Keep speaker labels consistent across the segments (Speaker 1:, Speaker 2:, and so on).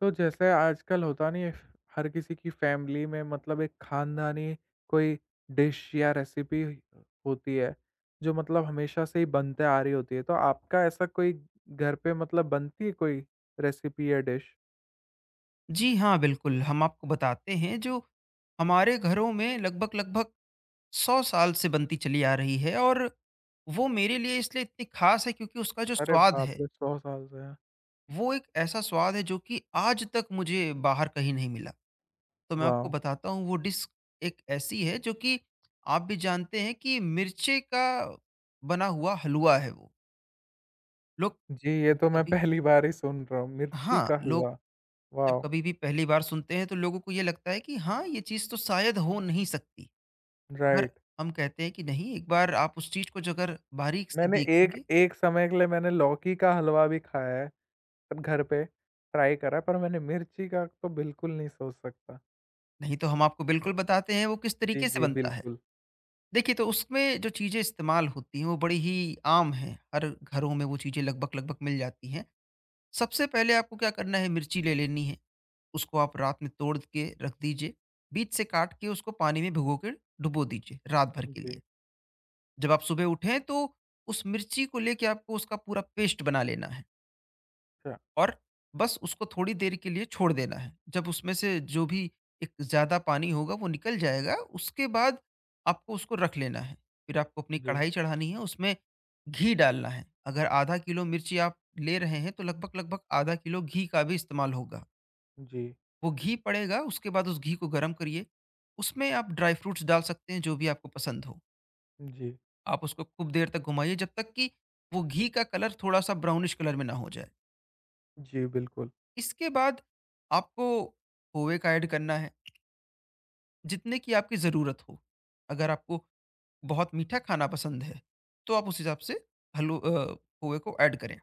Speaker 1: तो जैसे आजकल होता नहीं है, हर किसी की फैमिली में मतलब एक खानदानी कोई डिश या रेसिपी होती है, जो मतलब हमेशा से ही बनते आ रही होती है। तो आपका ऐसा कोई घर पे मतलब बनती है कोई रेसिपी या डिश?
Speaker 2: जी हाँ, बिल्कुल। हम आपको बताते हैं जो हमारे घरों में लगभग-लगभग 100 साल से बनती चली आ रही है और वो मेरे लिए इसलिए इतनी ख़ास है क्योंकि उसका जो
Speaker 1: अरे
Speaker 2: स्वाद
Speaker 1: बाप
Speaker 2: है,
Speaker 1: रे! 100 साल से है।
Speaker 2: वो एक ऐसा स्वाद है जो कि आज तक मुझे बाहर कहीं नहीं मिला। तो मैं आपको
Speaker 1: वाओ!
Speaker 2: बताता हूँ वो डिश एक ऐसी है जो कि आप भी जानते हैं कि मिर्चे का बना हुआ हलवा है वो। लोग
Speaker 1: जी, ये
Speaker 2: जब
Speaker 1: तो मैं
Speaker 2: कभी
Speaker 1: पहली बार ही सुन रहा हूँ, मिर्ची
Speaker 2: हाँ,
Speaker 1: का
Speaker 2: लोग
Speaker 1: हलवा।
Speaker 2: जब
Speaker 1: वाओ!
Speaker 2: कभी भी पहली बार सुनते हैं तो लोगों को ये लगता है कि हाँ, ये चीज़ तो शायद हो नहीं सकती। अगर
Speaker 1: राइट।
Speaker 2: हम कहते हैं कि नहीं, एक बार आप उस चीज़ को जो अगर बारीक से
Speaker 1: मैंने एक
Speaker 2: देखेंगे,
Speaker 1: एक समय के लिए मैंने लौकी का हलवा भी खाया है, पर घर पे ट्राई करा, पर मैंने मिर्ची का तो बिल्कुल नहीं सोच सकता।
Speaker 2: नहीं तो हम आपको बिल्कुल बताते हैं वो किस
Speaker 1: जी,
Speaker 2: तरीके से
Speaker 1: जी,
Speaker 2: बनता है।
Speaker 1: बिल्कुल।
Speaker 2: देखिए तो उसमें जो चीज़ें इस्तेमाल होती हैं वो बड़ी ही आम हैं, हर घरों में वो चीज़ें लगभग-लगभग मिल जाती हैं। सबसे पहले आपको क्या करना है, मिर्ची ले लेनी है, उसको आप रात में तोड़ के रख दीजिए, बीच से काट के उसको पानी में भिगो के डुबो दीजिए रात भर के
Speaker 1: जी,
Speaker 2: लिए। जब आप सुबह उठें तो उस मिर्ची को लेके आपको उसका पूरा पेस्ट बना लेना है।
Speaker 1: अच्छा,
Speaker 2: और बस उसको थोड़ी देर के लिए छोड़ देना है। जब उसमें से जो भी एक ज़्यादा पानी होगा वो निकल जाएगा, उसके बाद आपको उसको रख लेना है। फिर आपको अपनी
Speaker 1: जी,
Speaker 2: कढ़ाई चढ़ानी है, उसमें घी डालना है। अगर आधा किलो मिर्ची आप ले रहे हैं तो लगभग-लगभग आधा किलो घी का भी इस्तेमाल होगा।
Speaker 1: जी,
Speaker 2: वो घी पड़ेगा, उसके बाद उस घी को गरम करिए। उसमें आप ड्राई फ्रूट्स डाल सकते हैं जो भी आपको पसंद हो।
Speaker 1: जी,
Speaker 2: आप उसको खूब देर तक घुमाइए जब तक कि वो घी का कलर थोड़ा-सा ब्राउनिश कलर में ना हो जाए।
Speaker 1: जी, बिल्कुल।
Speaker 2: इसके बाद आपको खोए का ऐड करना है जितने की आपकी ज़रूरत हो। अगर आपको बहुत मीठा खाना पसंद है, तो आप उस हिसाब से हलू अ, खोए को ऐड करें।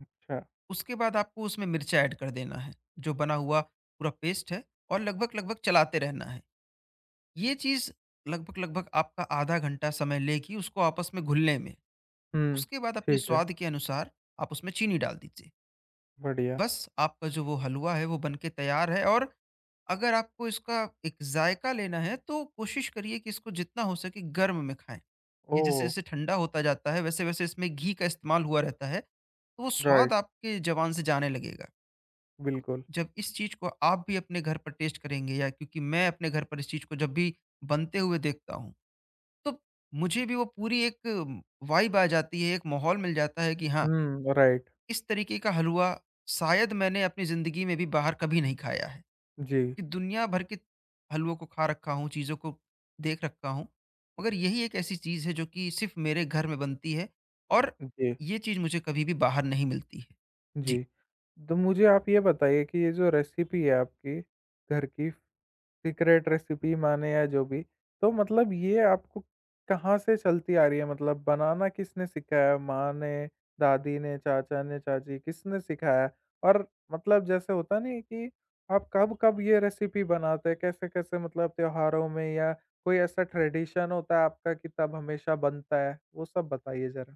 Speaker 1: अच्छा,
Speaker 2: उसके बाद आपको उसमें मिर्चा ऐड कर देना है, जो बना हुआ पूरा पेस्ट है, और लगभग-लगभग चलाते रहना है। ये चीज़ लगभग-लगभग आपका आधा घंटा समय लेगी उसको आपस में घुलने में।
Speaker 1: हुँ,
Speaker 2: उसके बाद अपने
Speaker 1: ठीक है,
Speaker 2: स्वाद के अनुसार आप उसमें चीनी डाल दीजिए।
Speaker 1: बढ़िया।
Speaker 2: बस आपका जो वो हलवा है वो बन के तैयार है, और अगर आपको इसका एक जायका लेना है तो कोशिश करिए कि इसको जितना हो सके गर्म में खाएं। ये जैसे
Speaker 1: ओह!
Speaker 2: जैसे ठंडा होता जाता है वैसे वैसे इसमें घी का इस्तेमाल हुआ रहता है, तो वो
Speaker 1: राइट,
Speaker 2: स्वाद आपके जबान से जाने लगेगा। तो
Speaker 1: बिल्कुल।
Speaker 2: जब इस चीज़ को आप भी अपने घर पर टेस्ट करेंगे, या क्योंकि मैं अपने घर पर इस चीज़ को जब भी बनते हुए देखता हूँ तो मुझे भी वो पूरी एक वाइब आ जाती है, एक माहौल मिल जाता है कि हाँ,
Speaker 1: हुँ, राइट,
Speaker 2: इस तरीके का हलवा शायद मैंने अपनी ज़िंदगी में भी बाहर कभी नहीं खाया है,
Speaker 1: जी,
Speaker 2: कि दुनिया भर के हलवों को खा रखा हूँ, चीज़ों को देख रखा हूँ, मगर यही एक ऐसी चीज़ है जो कि सिर्फ़ मेरे घर में बनती है
Speaker 1: अ,
Speaker 2: और
Speaker 1: जी,
Speaker 2: ये चीज़ मुझे कभी भी बाहर नहीं मिलती है। जी।
Speaker 1: जी। तो मुझे आप ये बताइए कि ये जो रेसिपी है आपकी घर की सीक्रेट रेसिपी माने या जो भी, तो मतलब ये आपको कहाँ से चलती आ रही है? मतलब बनाना किसने सिखाया? माँ ने, दादी ने, चाचा ने, चाची किसने सिखाया? और मतलब जैसे होता नहीं है कि आप कब-कब ये रेसिपी बनाते हैं? कैसे-कैसे मतलब त्योहारों में या कोई ऐसा ट्रेडिशन होता है आपका कि तब हमेशा बनता है? वो सब बताइए ज़रा।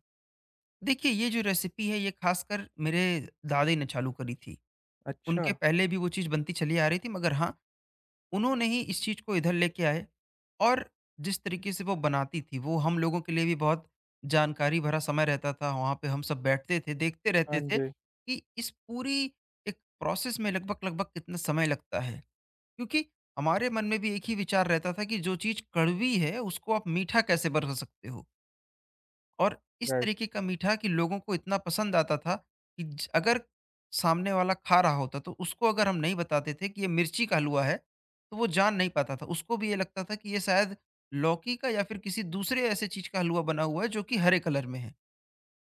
Speaker 2: देखिए, ये जो रेसिपी है ये ख़ासकर मेरे दादी ने चालू करी थी।
Speaker 1: अच्छा,
Speaker 2: उनके पहले भी वो चीज़ बनती चली आ रही थी, मगर हाँ, उन्होंने ही इस चीज़ को इधर लेके आए। और जिस तरीके से वो बनाती थी, वो हम लोगों के लिए भी बहुत जानकारी भरा समय रहता था। वहाँ पे हम सब बैठते थे, देखते
Speaker 1: हाँ
Speaker 2: रहते थे
Speaker 1: जी,
Speaker 2: कि इस पूरी एक प्रोसेस में लगभग-लगभग कितना समय लगता है। क्योंकि हमारे मन में भी एक ही विचार रहता था कि जो चीज़ कड़वी है, उसको आप मीठा कैसे बना सकते हो? और इस
Speaker 1: राइट।
Speaker 2: तरीके का मीठा कि लोगों को इतना पसंद आता था कि अगर सामने वाला खा रहा होता तो उसको अगर हम नहीं बताते थे कि ये मिर्ची का हलवा है तो वो जान नहीं पाता था, उसको भी ये लगता था कि ये शायद लौकी का या फिर किसी दूसरे ऐसे चीज का हलवा बना हुआ है जो कि हरे कलर में है।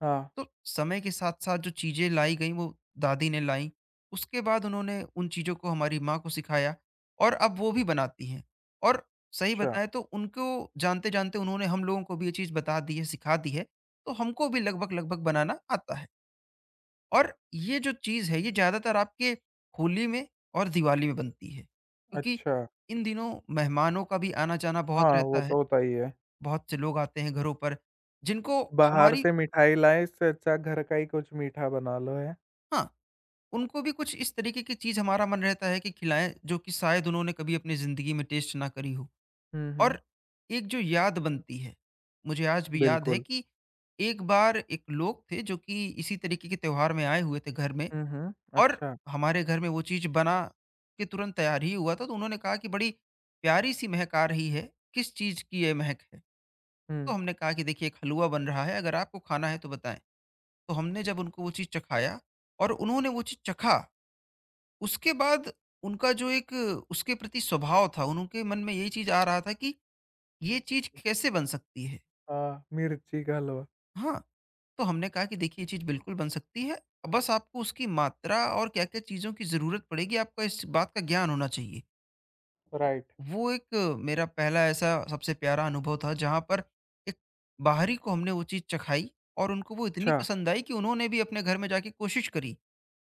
Speaker 1: हाँ,
Speaker 2: तो समय के साथ साथ जो चीज़ें लाई गई वो दादी ने लाई। उसके बाद उन्होंने उन चीज़ों को हमारी माँ को सिखाया, और अब वो भी बनाती हैं। और सही
Speaker 1: अच्छा,
Speaker 2: बताएं तो उनको जानते जानते उन्होंने हम लोगों को भी ये चीज़ बता दी है, सिखा दी है, तो हमको भी लगभग लगभग बनाना आता है। और ये जो चीज़ है ये ज़्यादातर आपके होली में और दिवाली में बनती है, क्योंकि
Speaker 1: अच्छा।
Speaker 2: इन दिनों मेहमानों का भी आना जाना बहुत
Speaker 1: हाँ,
Speaker 2: रहता
Speaker 1: वो
Speaker 2: है।
Speaker 1: तो होता ही है।
Speaker 2: बहुत से लोग आते हैं घरों पर, जिनको
Speaker 1: बाहर
Speaker 2: हमारी
Speaker 1: से मिठाई लाएँ, इससे अच्छा घर का ही कुछ मीठा बना लो है।
Speaker 2: हाँ, उनको भी कुछ इस तरीके की चीज़ हमारा मन रहता है कि खिलाएँ, जो कि शायद उन्होंने कभी अपनी ज़िंदगी में टेस्ट ना करी हो।
Speaker 1: हुँ, हुँ।
Speaker 2: और एक जो याद बनती है, मुझे आज भी याद है
Speaker 1: बिल्कुल।
Speaker 2: कि एक बार एक लोग थे जो कि इसी तरीके के त्योहार में आए हुए थे घर में।
Speaker 1: हुँ, हुँ।
Speaker 2: और
Speaker 1: अच्छा।
Speaker 2: हमारे घर में वो चीज़ बना के तुरंत तैयार ही हुआ था, तो उन्होंने कहा कि बड़ी प्यारी-सी महक आ रही है, किस चीज़ की ये महक है? तो
Speaker 1: हुँ।
Speaker 2: हमने कहा कि देखिए, एक हलवा बन रहा है, अगर आपको खाना है तो बताएँ। तो हमने जब उनको वो चीज़ चखाया और उन्होंने वो चीज़ चखा, उसके बाद उनका जो एक उसके प्रति स्वभाव था, उनके मन में यही चीज़ आ रहा था कि ये चीज़ कैसे बन सकती है?
Speaker 1: हाँ, मिर्ची का हलवा,
Speaker 2: हाँ, तो हमने कहा कि देखिए, ये चीज़ बिल्कुल बन सकती है, बस आपको उसकी मात्रा और क्या-क्या चीज़ों की ज़रूरत पड़ेगी, आपको इस बात का ज्ञान होना चाहिए। तो
Speaker 1: राइट।
Speaker 2: वो एक मेरा पहला ऐसा सबसे प्यारा अनुभव था जहाँ पर एक बाहरी को हमने वो चीज़ चखाई और उनको वो इतनी
Speaker 1: अच्छा,
Speaker 2: पसंद आई कि उन्होंने भी अपने घर में जाके कोशिश करी।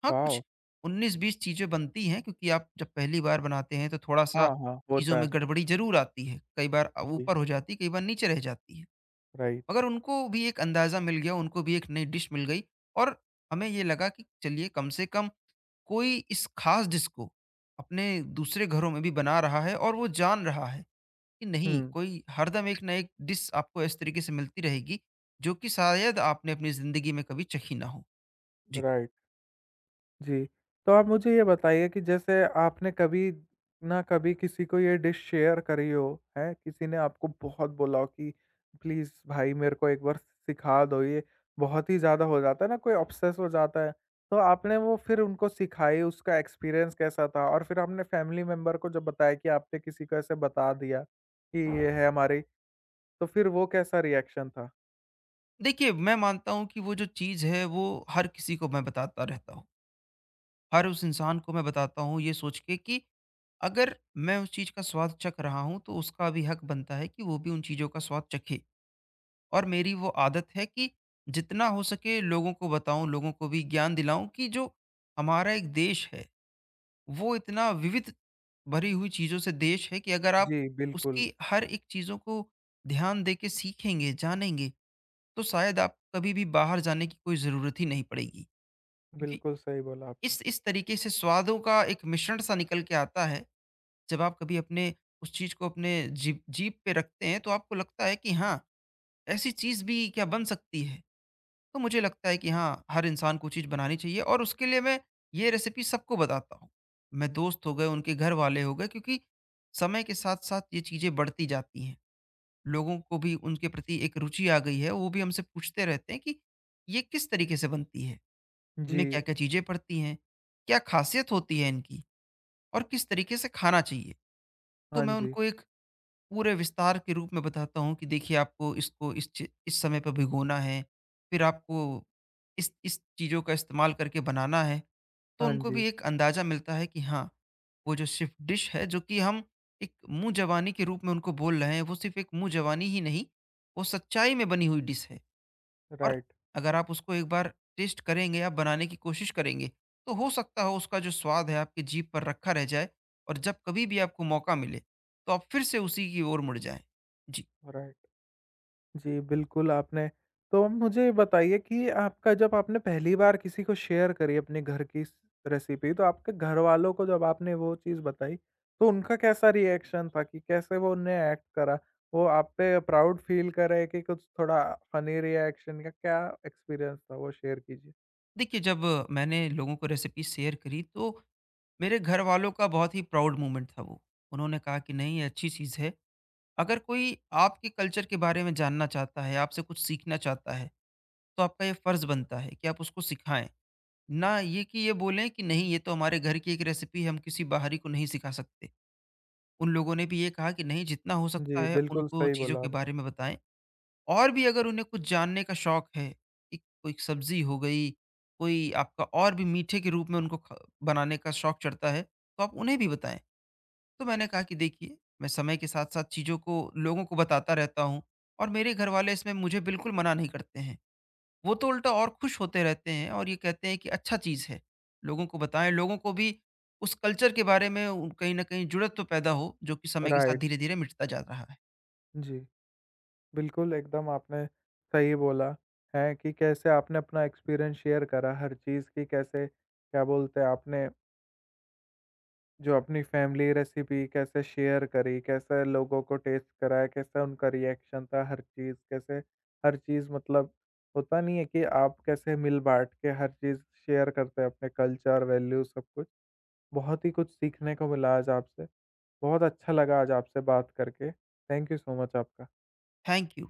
Speaker 2: हाँ, कुछ
Speaker 1: वॉव!
Speaker 2: 19-20 चीज़ें बनती हैं, क्योंकि आप जब पहली बार बनाते हैं तो थोड़ा-सा
Speaker 1: हाँ, हाँ,
Speaker 2: चीज़ों
Speaker 1: होता
Speaker 2: में
Speaker 1: है।
Speaker 2: गड़बड़ी ज़रूर आती है। कई बार
Speaker 1: जी।
Speaker 2: ऊपर हो जाती है, कई बार नीचे रह जाती है।
Speaker 1: राइट।
Speaker 2: मगर उनको भी एक अंदाज़ा मिल गया, उनको भी एक नई डिश मिल गई, और हमें ये लगा कि चलिए कम से कम कोई इस ख़ास डिश को अपने दूसरे घरों में भी बना रहा है और वो जान रहा है कि नहीं,
Speaker 1: हुँ,
Speaker 2: कोई हरदम एक ना एक डिश आपको इस तरीके से मिलती रहेगी जो कि शायद आपने अपनी ज़िंदगी में कभी चखी ना हो। जी।
Speaker 1: राइट। जी, तो आप मुझे ये बताइए कि जैसे आपने कभी ना कभी किसी को ये डिश शेयर करी हो, हैं? किसी ने आपको बहुत बोला हो कि प्लीज़ भाई मेरे को एक बार सिखा दो ये, बहुत ही ज़्यादा हो जाता है ना कोई ऑब्सेस हो जाता है, तो आपने वो फिर उनको सिखाई, उसका एक्सपीरियंस कैसा था? और फिर आपने फैमिली मेंबर को जब बताया कि आपने किसी को ऐसे बता दिया कि ये है हमारी, तो फिर वो कैसा रिएक्शन था?
Speaker 2: देखिए, मैं मानता हूँ कि वो जो चीज़ है वो हर किसी को मैं बताता रहता हूँ। हर उस इंसान को मैं बताता हूँ ये सोच के कि अगर मैं उस चीज़ का स्वाद चख रहा हूँ तो उसका भी हक बनता है कि वो भी उन चीज़ों का स्वाद चखे। और मेरी वो आदत है कि जितना हो सके लोगों को बताऊँ, लोगों को भी ज्ञान दिलाऊँ कि जो हमारा एक देश है वो इतना विविध भरी हुई चीज़ों से देश है कि अगर आप
Speaker 1: जी, बिल्कुल,
Speaker 2: उसकी हर एक चीज़ों को ध्यान दे के सीखेंगे, जानेंगे तो शायद आप कभी भी बाहर जाने की कोई ज़रूरत ही नहीं पड़ेगी। क्योंकि
Speaker 1: बिल्कुल सही बोला आपने।
Speaker 2: इस तरीके से स्वादों का एक मिश्रण सा निकल के आता है, जब आप कभी अपने उस चीज़ को अपने जीभ जीभ पे रखते हैं, तो आपको लगता है कि हाँ, ऐसी चीज़ भी क्या बन सकती है? तो मुझे लगता है कि हाँ, हर इंसान को चीज़ बनानी चाहिए और उसके लिए मैं ये रेसिपी सबको बताता हूँ। मैं दोस्त हो गए, उनके घर वाले हो गए, क्योंकि समय के साथ-साथ ये चीज़ें बढ़ती जाती हैं। लोगों को भी उनके प्रति एक रुचि आ गई है, वो भी हमसे पूछते रहते हैं कि ये किस तरीके से बनती है?
Speaker 1: जी,
Speaker 2: इनमें क्या-क्या चीज़ें पड़ती हैं? क्या ख़ासियत होती है इनकी? और किस तरीके से खाना चाहिए? तो
Speaker 1: हाँ
Speaker 2: मैं
Speaker 1: जी,
Speaker 2: उनको एक पूरे विस्तार के रूप में बताता हूँ कि देखिए, आपको इसको इस समय पे भिगोना है, फिर आपको इस चीज़ों का इस्तेमाल करके बनाना है। तो
Speaker 1: हाँ
Speaker 2: उनको
Speaker 1: जी,
Speaker 2: भी एक अंदाज़ा मिलता है कि हाँ, वो जो सिर्फ़ डिश है जो कि हम एक मुँह ज़बानी के रूप में उनको बोल रहे हैं, वो सिर्फ़ एक मुँह ज़बानी ही नहीं, वो सच्चाई में बनी हुई डिश है। और
Speaker 1: राइट।
Speaker 2: अगर आप उसको एक बार टेस्ट करेंगे, आप बनाने की कोशिश करेंगे, तो हो सकता है उसका जो स्वाद है आपकी जीभ पर रखा रह जाए, और जब कभी भी आपको मौका मिले, तो आप फिर से उसी की ओर मुड़ जाएँ। जी।
Speaker 1: राइट। जी, बिल्कुल आपने तो मुझे बताइए कि आपका जब आपने पहली बार किसी को शेयर करी अपने घर की स रेसिपी तो आपके घरवालों को जब आपने वो चीज़ बताई, तो उनका कैसा रिएक्शन था कि कैसे वो उनने एक्ट करा? वो आप पे प्राउड फ़ील करे कि कुछ थोड़ा फ़नी रिएक्शन या क्या एक्सपीरियंस था? वो शेयर कीजिए।
Speaker 2: देखिए, जब मैंने लोगों को रेसिपी शेयर करी, तो मेरे घरवालों का बहुत ही प्राउड मोमेंट था वो। उन्होंने कहा कि नहीं, ये अच्छी चीज़ है। अगर कोई आपके कल्चर के बारे में जानना चाहता है, आपसे कुछ सीखना चाहता है, तो आपका ये फ़र्ज़ बनता है कि आप उसको सिखाएँ। ना ये कि ये बोलें कि नहीं, ये तो हमारे घर की एक रेसिपी है, हम किसी बाहरी को नहीं सिखा सकते। उन लोगों ने भी ये कहा कि नहीं, जितना हो
Speaker 1: जी,
Speaker 2: सकता है
Speaker 1: बिल्कुल
Speaker 2: उनको
Speaker 1: सही
Speaker 2: चीज़ों
Speaker 1: बोला
Speaker 2: के
Speaker 1: आपने।
Speaker 2: बारे में बताएँ, और भी अगर उन्हें कुछ जानने का शौक है, एक कोई सब्ज़ी हो गई, कोई आपका और भी मीठे के रूप में उनको ख बनाने का शौक चढ़ता है, तो आप उन्हें भी बताएँ। तो मैंने कहा कि देखिए, मैं समय के साथ-साथ चीज़ों को लोगों को बताता रहता हूँ और मेरे घरवाले इसमें मुझे बिल्कुल मना नहीं करते हैं। वो तो उल्टा और खुश होते रहते हैं और ये कहते हैं कि अच्छा चीज़ है। लोगों को बताएँ, लोगों को भी उस कल्चर के बारे में उ कहीं न कहीं जुड़त तो पैदा हो, जो कि समय के साथ
Speaker 1: राइट,
Speaker 2: धीरे-धीरे मिटता जा रहा है।
Speaker 1: जी। बिल्कुल, एकदम आपने सही बोला है कि कैसे आपने अपना एक्सपीरियंस शेयर करा हर चीज़ की, कैसे क्या बोलते हैं आपने जो अपनी फैमिली रेसिपी कैसे शेयर करी, कैसे लोगों को टेस्ट कराया, कैसे उनका रिएक्शन था हर चीज़, कैसे हर चीज़ मतलब होता नहीं है कि आप कैसे मिल-बाँट के हर चीज़ शेयर करते हैं अपने कल्चर, वैल्यूज़ सब कुछ। बहुत ही कुछ सीखने को मिला आज आपसे। बहुत अच्छा लगा आज आपसे बात करके। थैंक यू सो मच आपका।
Speaker 2: Thank you.